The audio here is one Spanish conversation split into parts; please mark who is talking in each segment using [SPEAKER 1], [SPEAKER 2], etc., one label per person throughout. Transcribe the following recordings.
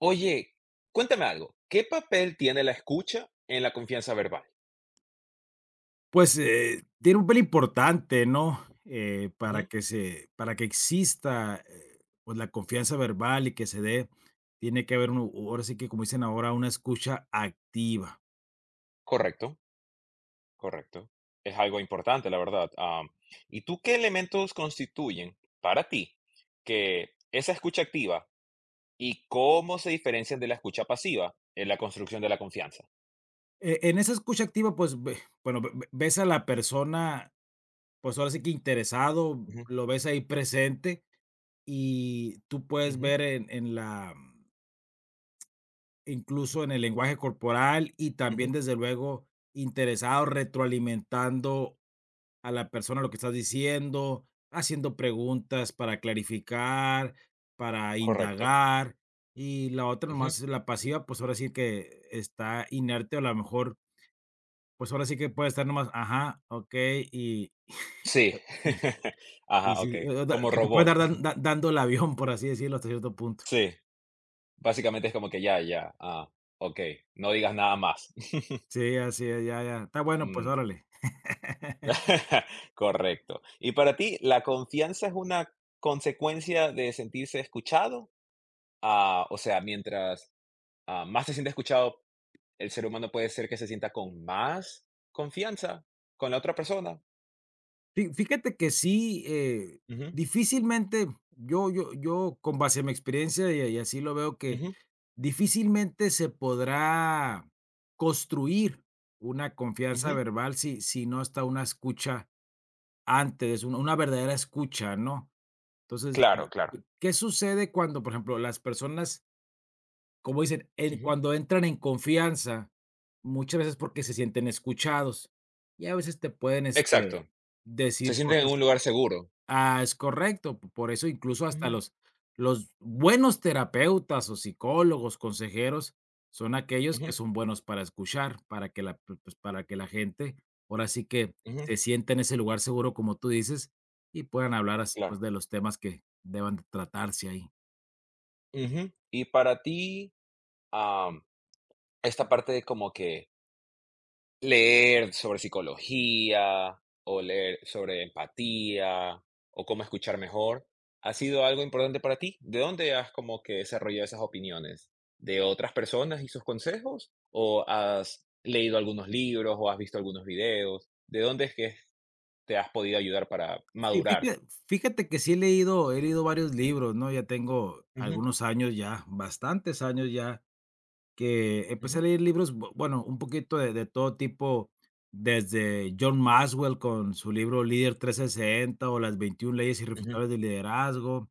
[SPEAKER 1] Oye, cuéntame algo, ¿qué papel tiene la escucha en la confianza verbal?
[SPEAKER 2] Pues, tiene un papel importante, ¿no?
[SPEAKER 1] Ujú.
[SPEAKER 2] Para que exista, pues, la confianza verbal y que se dé, tiene que haber un, ahora sí que, como dicen ahora, una escucha activa.
[SPEAKER 1] Correcto, correcto. Es algo importante, la verdad. ¿Y tú qué elementos constituyen para ti que esa escucha activa y cómo se diferencian de la escucha pasiva en la construcción de la confianza?
[SPEAKER 2] En esa escucha activa, pues, ve bueno, ve ve ves a la persona, pues, ahora sí que interesado,
[SPEAKER 1] Ujú,
[SPEAKER 2] lo ves ahí presente, y tú puedes
[SPEAKER 1] ujú,
[SPEAKER 2] ver en la incluso en el lenguaje corporal y también,
[SPEAKER 1] ujú.
[SPEAKER 2] desde luego, interesado, retroalimentando a la persona lo que estás diciendo, haciendo preguntas para clarificar, para
[SPEAKER 1] Correcto.
[SPEAKER 2] indagar, y la otra
[SPEAKER 1] Ujú.
[SPEAKER 2] nomás, la pasiva, pues, ahora sí que está inerte, o a lo mejor, pues, ahora sí que puede estar nomás, ajá, okey, y
[SPEAKER 1] Sí.
[SPEAKER 2] y y
[SPEAKER 1] Ajá, ok.
[SPEAKER 2] sí, o da
[SPEAKER 1] Como
[SPEAKER 2] que te puede
[SPEAKER 1] robot.
[SPEAKER 2] dar dan da dando el avión, por así decirlo, hasta cierto punto.
[SPEAKER 1] Sí. Básicamente es como que ya, ya. Ah, ok. No digas nada más.
[SPEAKER 2] Sí, así es, ya, ya, está bueno, pues,
[SPEAKER 1] Mm.
[SPEAKER 2] órale.
[SPEAKER 1] Correcto. Y para ti, ¿la confianza es una consecuencia de sentirse escuchado? Ah, o sea, mientras más se siente escuchado, el ser humano puede ser que se sienta con más confianza con la otra persona.
[SPEAKER 2] Fi fíjate que sí,
[SPEAKER 1] Ujú,
[SPEAKER 2] difícilmente yo con base en mi experiencia, y así lo veo que
[SPEAKER 1] ujú,
[SPEAKER 2] difícilmente se podrá construir una confianza
[SPEAKER 1] ujú.
[SPEAKER 2] verbal si no está una escucha antes, una verdadera escucha, ¿no? Entonces,
[SPEAKER 1] Claro, claro.
[SPEAKER 2] ¿qué sucede cuando, por ejemplo, las personas, como dicen, el
[SPEAKER 1] Ujú.
[SPEAKER 2] cuando entran en confianza, muchas veces porque se sienten escuchados, y a veces te pueden,
[SPEAKER 1] Exacto. Se
[SPEAKER 2] decir
[SPEAKER 1] sienten en
[SPEAKER 2] cosas.
[SPEAKER 1] un lugar seguro.
[SPEAKER 2] Ah, es correcto, p por eso incluso hasta
[SPEAKER 1] Ujú,
[SPEAKER 2] los buenos terapeutas o psicólogos, consejeros, son aquellos que
[SPEAKER 1] ujú,
[SPEAKER 2] son buenos para escuchar, para que la gente, ahora sí que
[SPEAKER 1] ujú.
[SPEAKER 2] se sienta en ese lugar seguro, como tú dices, y puedan hablar as pues,
[SPEAKER 1] Claro.
[SPEAKER 2] de los temas que deban de tratarse ahí.
[SPEAKER 1] Ujú. Y para ti, am, esta parte de como que leer sobre psicología, o leer sobre empatía, o cómo escuchar mejor, ¿ha sido algo importante para ti? ¿De dónde has como que desarrollado esas opiniones? ¿De otras personas y sus consejos? ¿O has leído algunos libros o has visto algunos videos? ¿De dónde es que te has podido ayudar para
[SPEAKER 2] Fi
[SPEAKER 1] madurar?
[SPEAKER 2] fija fíjate que sí he leído varios libros, ¿no? Ya tengo
[SPEAKER 1] Ujú,
[SPEAKER 2] algunos años ya, bastantes años ya que empecé a
[SPEAKER 1] ujú,
[SPEAKER 2] leer libros, bu bueno, un poquito de todo tipo, desde John Maxwell con su libro Líder 360 o Las 21 leyes
[SPEAKER 1] ujú,
[SPEAKER 2] irrefutables del liderazgo,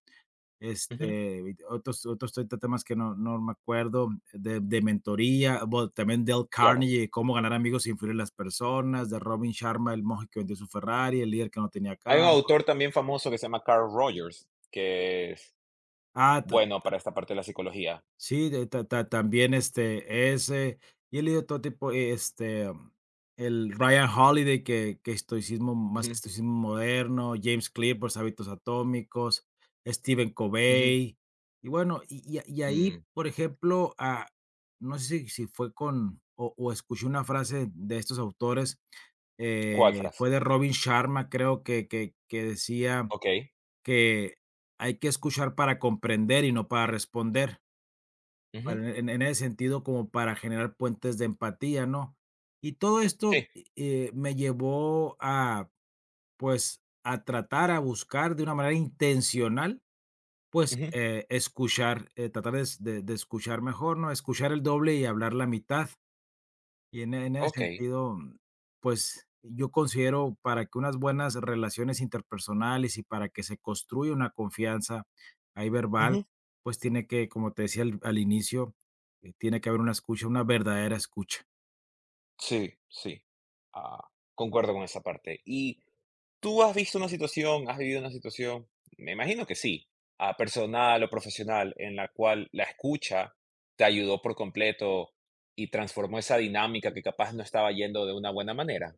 [SPEAKER 1] ujú,
[SPEAKER 2] este, veinte otros otros 30 temas que no me acuerdo, de mentoría, bueno, también Dale
[SPEAKER 1] claro.
[SPEAKER 2] Carnegie, Cómo ganar amigos e influir en las personas, de Robin Sharma, El monje que vendió su Ferrari, El líder que no tenía
[SPEAKER 1] Hay un
[SPEAKER 2] cargo.
[SPEAKER 1] autor también famoso que se llama Carl Rogers, que es
[SPEAKER 2] Ah,
[SPEAKER 1] bueno para esta parte de la psicología.
[SPEAKER 2] sí, de ta ta también, y he leído todo tipo, el Ryan Holiday, que estoicismo, más
[SPEAKER 1] Ujú,
[SPEAKER 2] estoicismo moderno, James Clear, por hábitos atómicos, Stephen
[SPEAKER 1] ujú,
[SPEAKER 2] Covey, y bueno, y ahí,
[SPEAKER 1] mm.
[SPEAKER 2] por ejemplo, no sé si fue con o escuché una frase de estos autores,
[SPEAKER 1] ¿Cuál
[SPEAKER 2] eh,
[SPEAKER 1] frase?
[SPEAKER 2] fue de Robin Sharma, creo que decía
[SPEAKER 1] Okey.
[SPEAKER 2] que hay que escuchar para comprender y no para responder.
[SPEAKER 1] Ujú.
[SPEAKER 2] Para en ese sentido, como para generar puentes de empatía, ¿no? Y todo
[SPEAKER 1] Sí.
[SPEAKER 2] esto, me llevó a, pues, a tratar, a buscar de una manera intencional, pues,
[SPEAKER 1] Ujú.
[SPEAKER 2] escuchar, tratar de escuchar mejor, ¿no? Escuchar el doble y hablar la mitad. Y en ese
[SPEAKER 1] Okey.
[SPEAKER 2] sentido, pues, yo considero para que unas buenas relaciones interpersonales y para que se construya una confianza ahí verbal,
[SPEAKER 1] Ujú.
[SPEAKER 2] pues tiene que, como te decía al inicio, tiene que haber una escucha, una verdadera escucha.
[SPEAKER 1] Sí, sí. Ah, concuerdo con esa parte. ¿Y tú has visto una situación, has vivido una situación? Me imagino que sí, personal o profesional, en la cual la escucha te ayudó por completo y transformó esa dinámica que capaz no estaba yendo de una buena manera.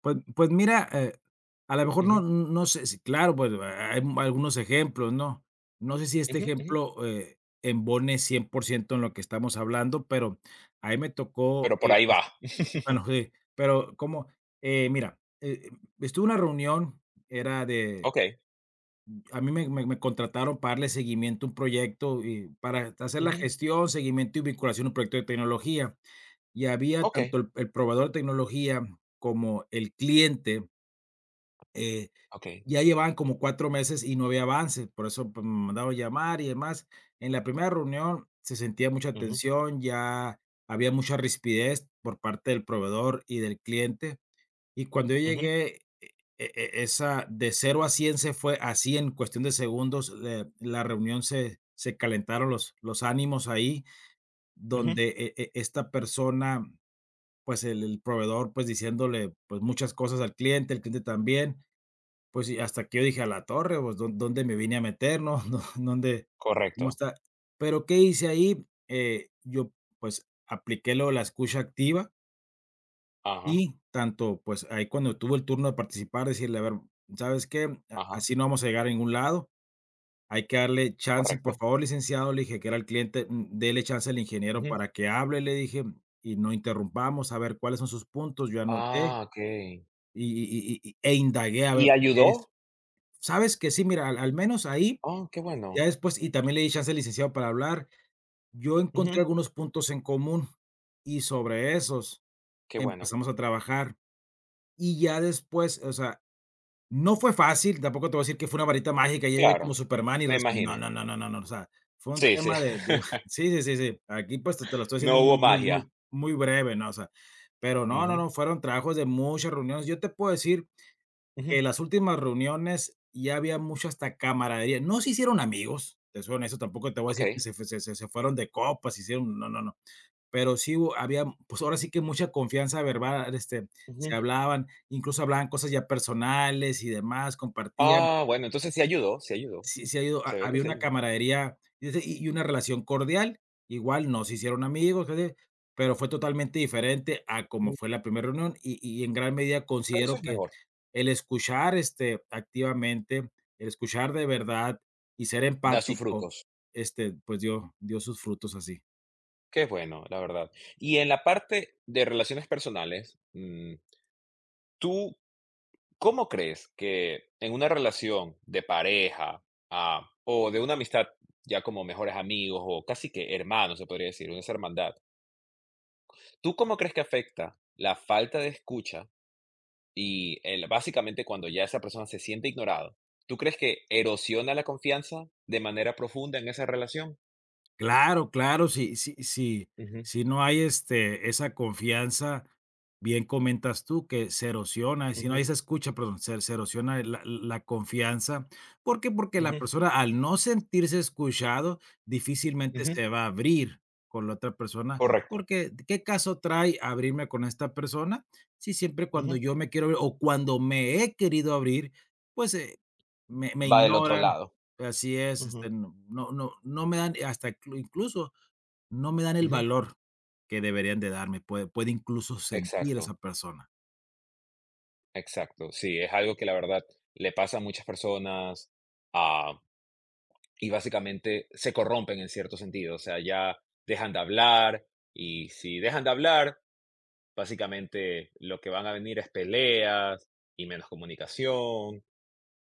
[SPEAKER 2] Pues mira, a lo mejor
[SPEAKER 1] Ujú,
[SPEAKER 2] no sé si claro, pues, algunos ejemplos, ¿no? No sé si este
[SPEAKER 1] ujú, ujú.
[SPEAKER 2] ejemplo, embone 100% en lo que estamos hablando, pero ahí me tocó,
[SPEAKER 1] Pero por ahí va.
[SPEAKER 2] bueno, sí, pero como, mira, estuve en una reunión, era de,
[SPEAKER 1] Okey.
[SPEAKER 2] a mí me contrataron para darle seguimiento a un proyecto y para hacer la
[SPEAKER 1] Ujú.
[SPEAKER 2] gestión, seguimiento y vinculación a un proyecto de tecnología. Y había
[SPEAKER 1] Okey,
[SPEAKER 2] tanto el proveedor de tecnología como el cliente, eh,
[SPEAKER 1] okey.
[SPEAKER 2] ya llevaban como 4 meses y no había avance, por eso pues, me mandaron llamar y demás. En la primera reunión se sentía mucha
[SPEAKER 1] Ujú,
[SPEAKER 2] tensión, ya había mucha rispidez por parte del proveedor y del cliente y cuando yo
[SPEAKER 1] ujú,
[SPEAKER 2] llegué, esa de cero a 100 se fue así en cuestión de segundos, la reunión se calentaron los ánimos ahí,
[SPEAKER 1] ujú.
[SPEAKER 2] donde esta persona, pues, el proveedor, pues, diciéndole, pues, muchas cosas al cliente, el cliente también, pues, y hasta que yo dije: "A la torre, pues, ¿dó dónde me vine a meter, no? ¿Dó Dónde? ¿Cómo
[SPEAKER 1] Correcto.
[SPEAKER 2] está?". Pero, ¿qué hice ahí? Yo, pues, apliqué lo de la escucha activa,
[SPEAKER 1] Ajá,
[SPEAKER 2] y tanto, pues, ahí cuando tuvo el turno de participar, decirle: "A ver, ¿sabes qué? A
[SPEAKER 1] ajá.
[SPEAKER 2] Así no vamos a llegar a ningún lado, hay que darle chance, y por
[SPEAKER 1] Correcto.
[SPEAKER 2] favor, licenciado", le dije, que era el cliente, dele chance al ingeniero para que hable, le dije, y no interrumpamos, a ver cuáles son sus puntos, yo anoté
[SPEAKER 1] Ah, okey.
[SPEAKER 2] e indagué a ver
[SPEAKER 1] ¿Y
[SPEAKER 2] por qué es.
[SPEAKER 1] ayudó?
[SPEAKER 2] ¿Sabes que sí? Mira, al menos ahí,
[SPEAKER 1] Oh, qué
[SPEAKER 2] ya
[SPEAKER 1] bueno.
[SPEAKER 2] después y también le di chance al licenciado para hablar, yo
[SPEAKER 1] Ujú,
[SPEAKER 2] encontré algunos puntos en común y sobre esos
[SPEAKER 1] qué bueno.
[SPEAKER 2] empezamos a trabajar. Y ya después, o sea, no fue fácil, tampoco te voy a decir que fue una varita mágica, y llegué
[SPEAKER 1] Claro,
[SPEAKER 2] como Superman y
[SPEAKER 1] me
[SPEAKER 2] resolví no,
[SPEAKER 1] imagino.
[SPEAKER 2] no, no, no, no, no, o sea, fue un
[SPEAKER 1] Sí, sí.
[SPEAKER 2] tema de sí, sí, sí, sí, aquí, pues, te lo estoy haciendo
[SPEAKER 1] No hubo
[SPEAKER 2] muy,
[SPEAKER 1] magia.
[SPEAKER 2] muy, muy breve, ¿no? O sea, pero no, no,
[SPEAKER 1] Ujú,
[SPEAKER 2] no, fueron trabajos de muchas reuniones. Yo te puedo decir que
[SPEAKER 1] ujú,
[SPEAKER 2] las últimas reuniones ya había mucho hasta camaradería. No se hicieron amigos, te soy honesto, tampoco te voy a decir que
[SPEAKER 1] okey,
[SPEAKER 2] se fueron de copas, se hicieron, no, no, no. Pero sí hubo había, pues, ahora sí que mucha confianza verbal,
[SPEAKER 1] ujú.
[SPEAKER 2] se hablaban, incluso hablaban cosas ya personales y demás, compartían.
[SPEAKER 1] Ah, bueno, entonces sí ayudó, sí ayudó.
[SPEAKER 2] Sí ha ido ha
[SPEAKER 1] Se ve que
[SPEAKER 2] había
[SPEAKER 1] sí
[SPEAKER 2] una
[SPEAKER 1] ayudó.
[SPEAKER 2] camaradería y ese y una relación cordial. Igual nos hicieron amigos, ¿verdad? Pero fue totalmente diferente a como
[SPEAKER 1] Mm,
[SPEAKER 2] fue la primera reunión, y en gran medida
[SPEAKER 1] pero eso
[SPEAKER 2] considero
[SPEAKER 1] es
[SPEAKER 2] que
[SPEAKER 1] mejor,
[SPEAKER 2] el escuchar, activamente, el escuchar de verdad y ser
[SPEAKER 1] da sus
[SPEAKER 2] empático,
[SPEAKER 1] frutos.
[SPEAKER 2] pues, dio sus frutos así.
[SPEAKER 1] Qué bueno, la verdad. Y en la parte de relaciones personales, ¿tú ¿Cómo crees que en una relación de pareja, o de una amistad ya como mejores amigos o casi que hermanos, se podría decir, una esa hermandad, ¿tú cómo crees que afecta la falta de escucha y el, básicamente cuando ya esa persona se siente ignorado? ¿Tú crees que erosiona la confianza de manera profunda en esa relación?
[SPEAKER 2] Claro, claro, si, si, si,
[SPEAKER 1] Ujú,
[SPEAKER 2] si no hay, esa confianza, bien comentas tú que se erosiona, si no hay
[SPEAKER 1] ujú,
[SPEAKER 2] esa escucha, perdón, se erosiona la confianza, ¿por qué? Porque la
[SPEAKER 1] ujú,
[SPEAKER 2] persona al no sentirse escuchado, difícilmente
[SPEAKER 1] ujú,
[SPEAKER 2] se va a abrir con la otra persona,
[SPEAKER 1] correcto.
[SPEAKER 2] porque, ¿qué caso trae abrirme con esta persona? Si siempre cuando
[SPEAKER 1] Ujú.
[SPEAKER 2] yo me quiero abrir o cuando me he querido abrir, pues, me
[SPEAKER 1] Va del otro
[SPEAKER 2] ignoran.
[SPEAKER 1] lado.
[SPEAKER 2] Así es,
[SPEAKER 1] Ujú,
[SPEAKER 2] no me dan hasta incluso no me dan el
[SPEAKER 1] ujú,
[SPEAKER 2] valor que deberían de darme, puede incluso sentir esa
[SPEAKER 1] exacto.
[SPEAKER 2] persona.
[SPEAKER 1] Exacto, sí, es algo que la verdad le pasa a muchas personas, ah, y básicamente se corrompen en cierto sentido, o sea, ya dejan de hablar, y si dejan de hablar, básicamente lo que van a venir es peleas y menos comunicación,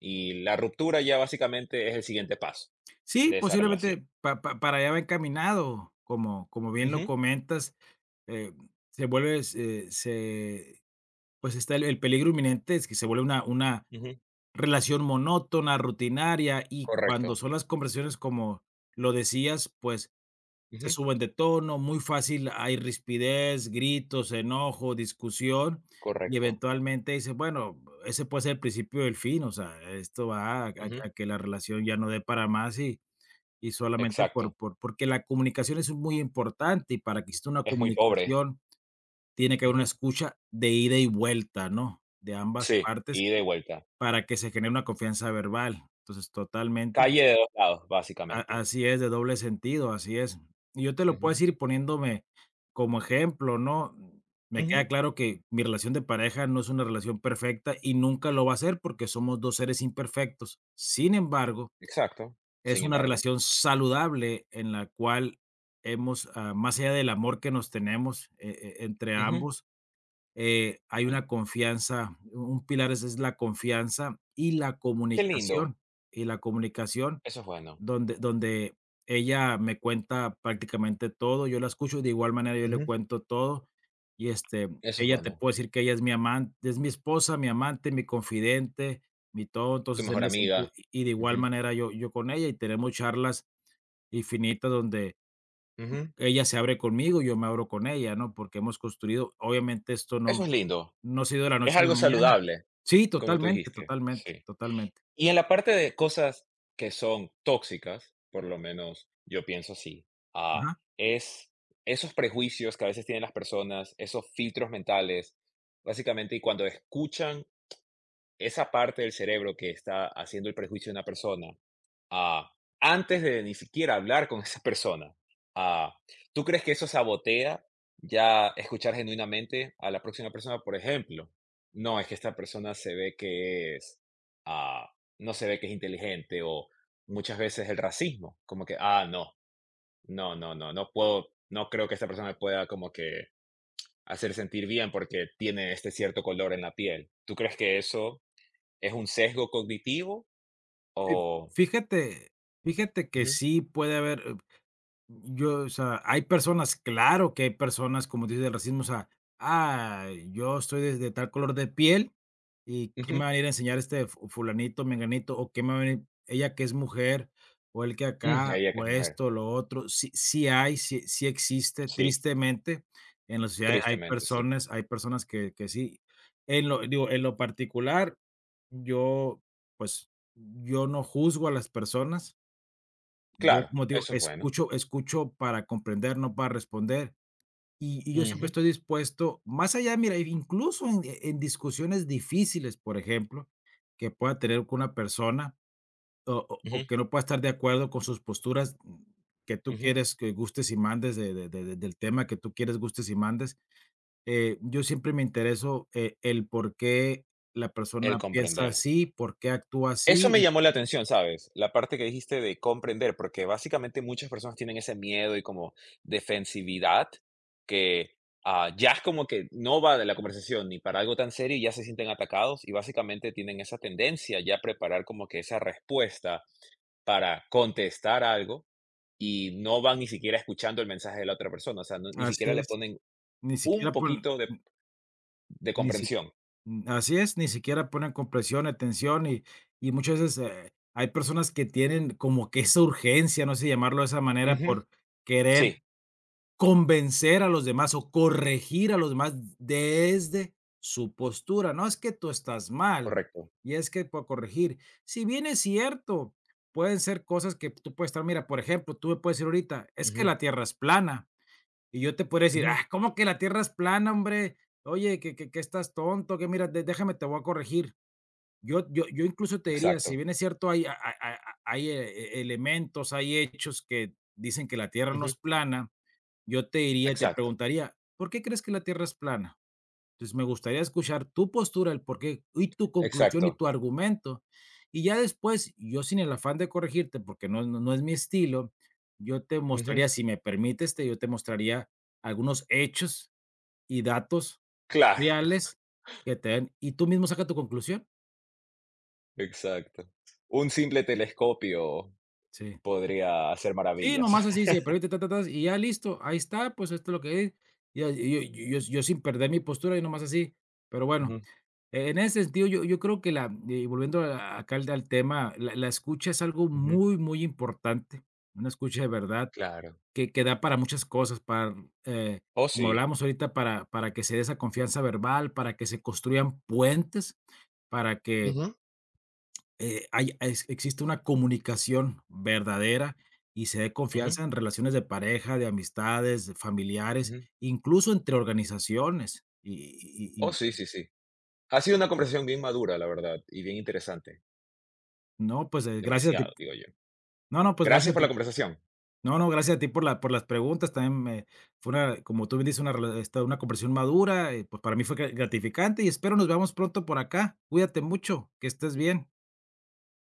[SPEAKER 1] y la ruptura ya básicamente es el siguiente paso
[SPEAKER 2] Sí,
[SPEAKER 1] de esa relación.
[SPEAKER 2] posiblemente pa pa para allá va encaminado, como bien lo
[SPEAKER 1] Ujú,
[SPEAKER 2] comentas, eh, se vuelve se se pues, está el peligro inminente, es que se vuelve una
[SPEAKER 1] ujú,
[SPEAKER 2] relación monótona, rutinaria, y cuando
[SPEAKER 1] correcto,
[SPEAKER 2] son las conversaciones como lo decías, pues se
[SPEAKER 1] ujú,
[SPEAKER 2] suben de tono, muy fácil hay rispidez, gritos, enojo, discusión, y
[SPEAKER 1] correcto,
[SPEAKER 2] eventualmente dice bueno, ese puede ser el principio del fin, o sea, esto va
[SPEAKER 1] ujú,
[SPEAKER 2] a que la relación ya no dé para más y solamente
[SPEAKER 1] exacto,
[SPEAKER 2] porque la comunicación es muy importante, y para que exista una
[SPEAKER 1] es muy pobre,
[SPEAKER 2] comunicación tiene que haber una
[SPEAKER 1] ujú,
[SPEAKER 2] escucha de ida y vuelta, ¿no?, de ambas
[SPEAKER 1] sí,
[SPEAKER 2] partes
[SPEAKER 1] ida y de vuelta,
[SPEAKER 2] para que se genere una confianza verbal. Entonces, totalmente
[SPEAKER 1] calle de dos lados,
[SPEAKER 2] a
[SPEAKER 1] básicamente.
[SPEAKER 2] así es, de doble sentido, así es. Y yo te lo puedo
[SPEAKER 1] Ujú.
[SPEAKER 2] decir poniéndome como ejemplo, ¿no? Me queda
[SPEAKER 1] Ujú,
[SPEAKER 2] claro que mi relación de pareja no es una relación perfecta y nunca lo va a ser porque somos 2 seres imperfectos. Sin embargo,
[SPEAKER 1] exacto.
[SPEAKER 2] es
[SPEAKER 1] Sin
[SPEAKER 2] una
[SPEAKER 1] embargo,
[SPEAKER 2] relación saludable en la cual hemos, más allá del amor que nos tenemos, entre
[SPEAKER 1] ujú,
[SPEAKER 2] ambos, hay
[SPEAKER 1] sí.
[SPEAKER 2] una confianza, un pilar es la confianza
[SPEAKER 1] Qué lindo,
[SPEAKER 2] y la comunicación
[SPEAKER 1] eso es bueno,
[SPEAKER 2] donde ella me cuenta prácticamente todo, yo la escucho, de igual manera yo le
[SPEAKER 1] ujú,
[SPEAKER 2] cuento todo, y,
[SPEAKER 1] eso es
[SPEAKER 2] ella te
[SPEAKER 1] bueno.
[SPEAKER 2] puede decir que ella es mi amante es mi esposa, mi amante, mi confidente, mi todo,
[SPEAKER 1] Tu
[SPEAKER 2] entonces, en
[SPEAKER 1] mejor
[SPEAKER 2] ese sentido
[SPEAKER 1] amiga,
[SPEAKER 2] y de igual
[SPEAKER 1] ujú,
[SPEAKER 2] manera yo con ella, y tenemos charlas infinitas donde
[SPEAKER 1] ujú,
[SPEAKER 2] ella se abre conmigo, yo me abro con ella, ¿no? Porque hemos construido obviamente esto
[SPEAKER 1] eso es lindo,
[SPEAKER 2] no se dio de la
[SPEAKER 1] es
[SPEAKER 2] noche a la
[SPEAKER 1] algo
[SPEAKER 2] mañana.
[SPEAKER 1] saludable,
[SPEAKER 2] Sí,
[SPEAKER 1] como tú
[SPEAKER 2] totalmente,
[SPEAKER 1] dijiste,
[SPEAKER 2] totalmente,
[SPEAKER 1] sí.
[SPEAKER 2] totalmente.
[SPEAKER 1] Y en la parte de cosas que son tóxicas, por lo menos yo pienso así, ah,
[SPEAKER 2] Ajá.
[SPEAKER 1] es esos prejuicios que a veces tienen las personas, esos filtros mentales, básicamente, y cuando escuchan esa parte del cerebro que está haciendo el prejuicio de una persona, Ah, antes de ni siquiera hablar con esa persona. Ah, ¿Tú crees que eso sabotea ya escuchar genuinamente a la próxima persona? Por ejemplo, no, es que esta persona se ve que es, ah, no se ve que es inteligente o muchas veces el racismo, como que, no, no, no, no, no puedo, no creo que esta persona pueda como que hacer sentir bien porque tiene este cierto color en la piel. ¿Tú crees que eso es un sesgo cognitivo
[SPEAKER 2] Fi
[SPEAKER 1] o...
[SPEAKER 2] fíjate fíjate que
[SPEAKER 1] Ujú,
[SPEAKER 2] sí puede haber. Yo, o sea, hay personas, claro que hay personas, como dice el racismo, o sea, yo estoy de tal color de piel, ¿y qué me
[SPEAKER 1] ujú.
[SPEAKER 2] van a ir a enseñar este fu fulanito, menganito? ¿O qué me va a venir ella que es mujer, o el que acá,
[SPEAKER 1] Ella que
[SPEAKER 2] o
[SPEAKER 1] es mujer.
[SPEAKER 2] esto, lo otro? Sí, sí hay, sí, sí existe,
[SPEAKER 1] Sí,
[SPEAKER 2] tristemente, en la sociedad
[SPEAKER 1] tristemente, sí.
[SPEAKER 2] hay personas que sí. En lo digo, en lo particular, yo, pues, yo no juzgo a las personas. Yo,
[SPEAKER 1] Claro,
[SPEAKER 2] como te digo,
[SPEAKER 1] eso es bueno.
[SPEAKER 2] escucho para comprender, no para responder, y yo siempre
[SPEAKER 1] Ujú,
[SPEAKER 2] estoy dispuesto, más allá, mira, e incluso en discusiones difíciles, por ejemplo, que pueda tener con una persona o
[SPEAKER 1] ujú,
[SPEAKER 2] que no pueda estar de acuerdo con sus posturas, que tú
[SPEAKER 1] ujú.
[SPEAKER 2] quieres que gustes y mandes de del tema que tú quieres, gustes y mandes, yo siempre me intereso, el por qué la persona
[SPEAKER 1] El
[SPEAKER 2] piensa
[SPEAKER 1] comprender.
[SPEAKER 2] así, por qué actúa así,
[SPEAKER 1] Eso me
[SPEAKER 2] y
[SPEAKER 1] llamó la atención, ¿sabes? La parte que dijiste de comprender, porque básicamente muchas personas tienen ese miedo y como defensividad que ya es como que no va de la conversación ni para algo tan serio y ya se sienten atacados y básicamente tienen esa tendencia ya a preparar como que esa respuesta para contestar algo y no van ni siquiera escuchando el mensaje de la otra persona, o sea, ni
[SPEAKER 2] así
[SPEAKER 1] siquiera le
[SPEAKER 2] es,
[SPEAKER 1] ponen
[SPEAKER 2] ni
[SPEAKER 1] un
[SPEAKER 2] siquiera por
[SPEAKER 1] poquito de
[SPEAKER 2] ni si
[SPEAKER 1] comprensión.
[SPEAKER 2] Mm, así es, ni siquiera ponen compresión, atención y muchas veces, hay personas que tienen como que esa urgencia, no sé si llamarlo de esa manera,
[SPEAKER 1] Ujú.
[SPEAKER 2] por querer
[SPEAKER 1] Sí,
[SPEAKER 2] convencer a los demás o corregir a los demás desde su postura. No, es que tú estás mal
[SPEAKER 1] correcto.
[SPEAKER 2] y es que por corregir. Si bien es cierto, pueden ser cosas que tú puedes estar mira, por ejemplo, tú me puedes decir ahorita: "Es que
[SPEAKER 1] Ujú,
[SPEAKER 2] la tierra es plana". Y yo te podría decir:
[SPEAKER 1] ujú.
[SPEAKER 2] "Ah, ¿cómo que la tierra es plana, hombre? Oye, que estás tonto, que mira, de déjame, te voy a corregir". Yo incluso te diría, si
[SPEAKER 1] Exacto,
[SPEAKER 2] bien es cierto, hay a hay elementos, hay hechos que dicen que la tierra no
[SPEAKER 1] ujú,
[SPEAKER 2] es plana, yo te diría, y te
[SPEAKER 1] exacto,
[SPEAKER 2] preguntaría: "¿Por qué crees que la tierra es plana?". Entonces, me gustaría escuchar tu postura, el porqué y tu conclusión y
[SPEAKER 1] exacto.
[SPEAKER 2] tu argumento. Y ya después, yo sin el afán de corregirte, porque no es mi estilo, yo te
[SPEAKER 1] Ujú.
[SPEAKER 2] mostraría, si me permites, te yo te mostraría algunos hechos y datos
[SPEAKER 1] Claro,
[SPEAKER 2] reales que te den y tú mismo saca tu conclusión.
[SPEAKER 1] exacto. Un simple telescopio
[SPEAKER 2] Sí.
[SPEAKER 1] podría hacer
[SPEAKER 2] Sí,
[SPEAKER 1] maravillas.
[SPEAKER 2] nomás así, si me permite, ta, ta, ta y ya listo, ahí está, pues esto es lo que es. Ya, yo sin perder mi postura y nomás así, pero bueno,
[SPEAKER 1] Ujú,
[SPEAKER 2] en ese sentido, yo creo que la y volviendo a acá al tema, la escucha es algo
[SPEAKER 1] ujú.
[SPEAKER 2] muy, muy importante, una escucha de verdad
[SPEAKER 1] Claro.
[SPEAKER 2] que da para muchas cosas, para, eh,
[SPEAKER 1] Oh,
[SPEAKER 2] como
[SPEAKER 1] sí.
[SPEAKER 2] hablábamos ahorita, para que se dé esa confianza verbal, para que se construyan puentes, para que,
[SPEAKER 1] Ujú,
[SPEAKER 2] hay ex exista una comunicación verdadera y se dé
[SPEAKER 1] ujú,
[SPEAKER 2] confianza en relaciones de pareja, de amistades, de familiares,
[SPEAKER 1] ujú.
[SPEAKER 2] incluso entre organizaciones. Y y
[SPEAKER 1] Oh,
[SPEAKER 2] y
[SPEAKER 1] sí,
[SPEAKER 2] y
[SPEAKER 1] sí, sí. Ha sido una conversación bien madura, la verdad, y bien interesante.
[SPEAKER 2] no, pues, gracias a ti,
[SPEAKER 1] Demasiado, digo yo.
[SPEAKER 2] no, no, pues, gracias
[SPEAKER 1] Gracias
[SPEAKER 2] a
[SPEAKER 1] por
[SPEAKER 2] ti.
[SPEAKER 1] la conversación.
[SPEAKER 2] No, no, gracias a ti por la por las preguntas. También me fue una, como tú bien dices, una conversación madura, pues, para mí fue gratificante y espero nos veamos pronto por acá. Cuídate mucho, que estés bien.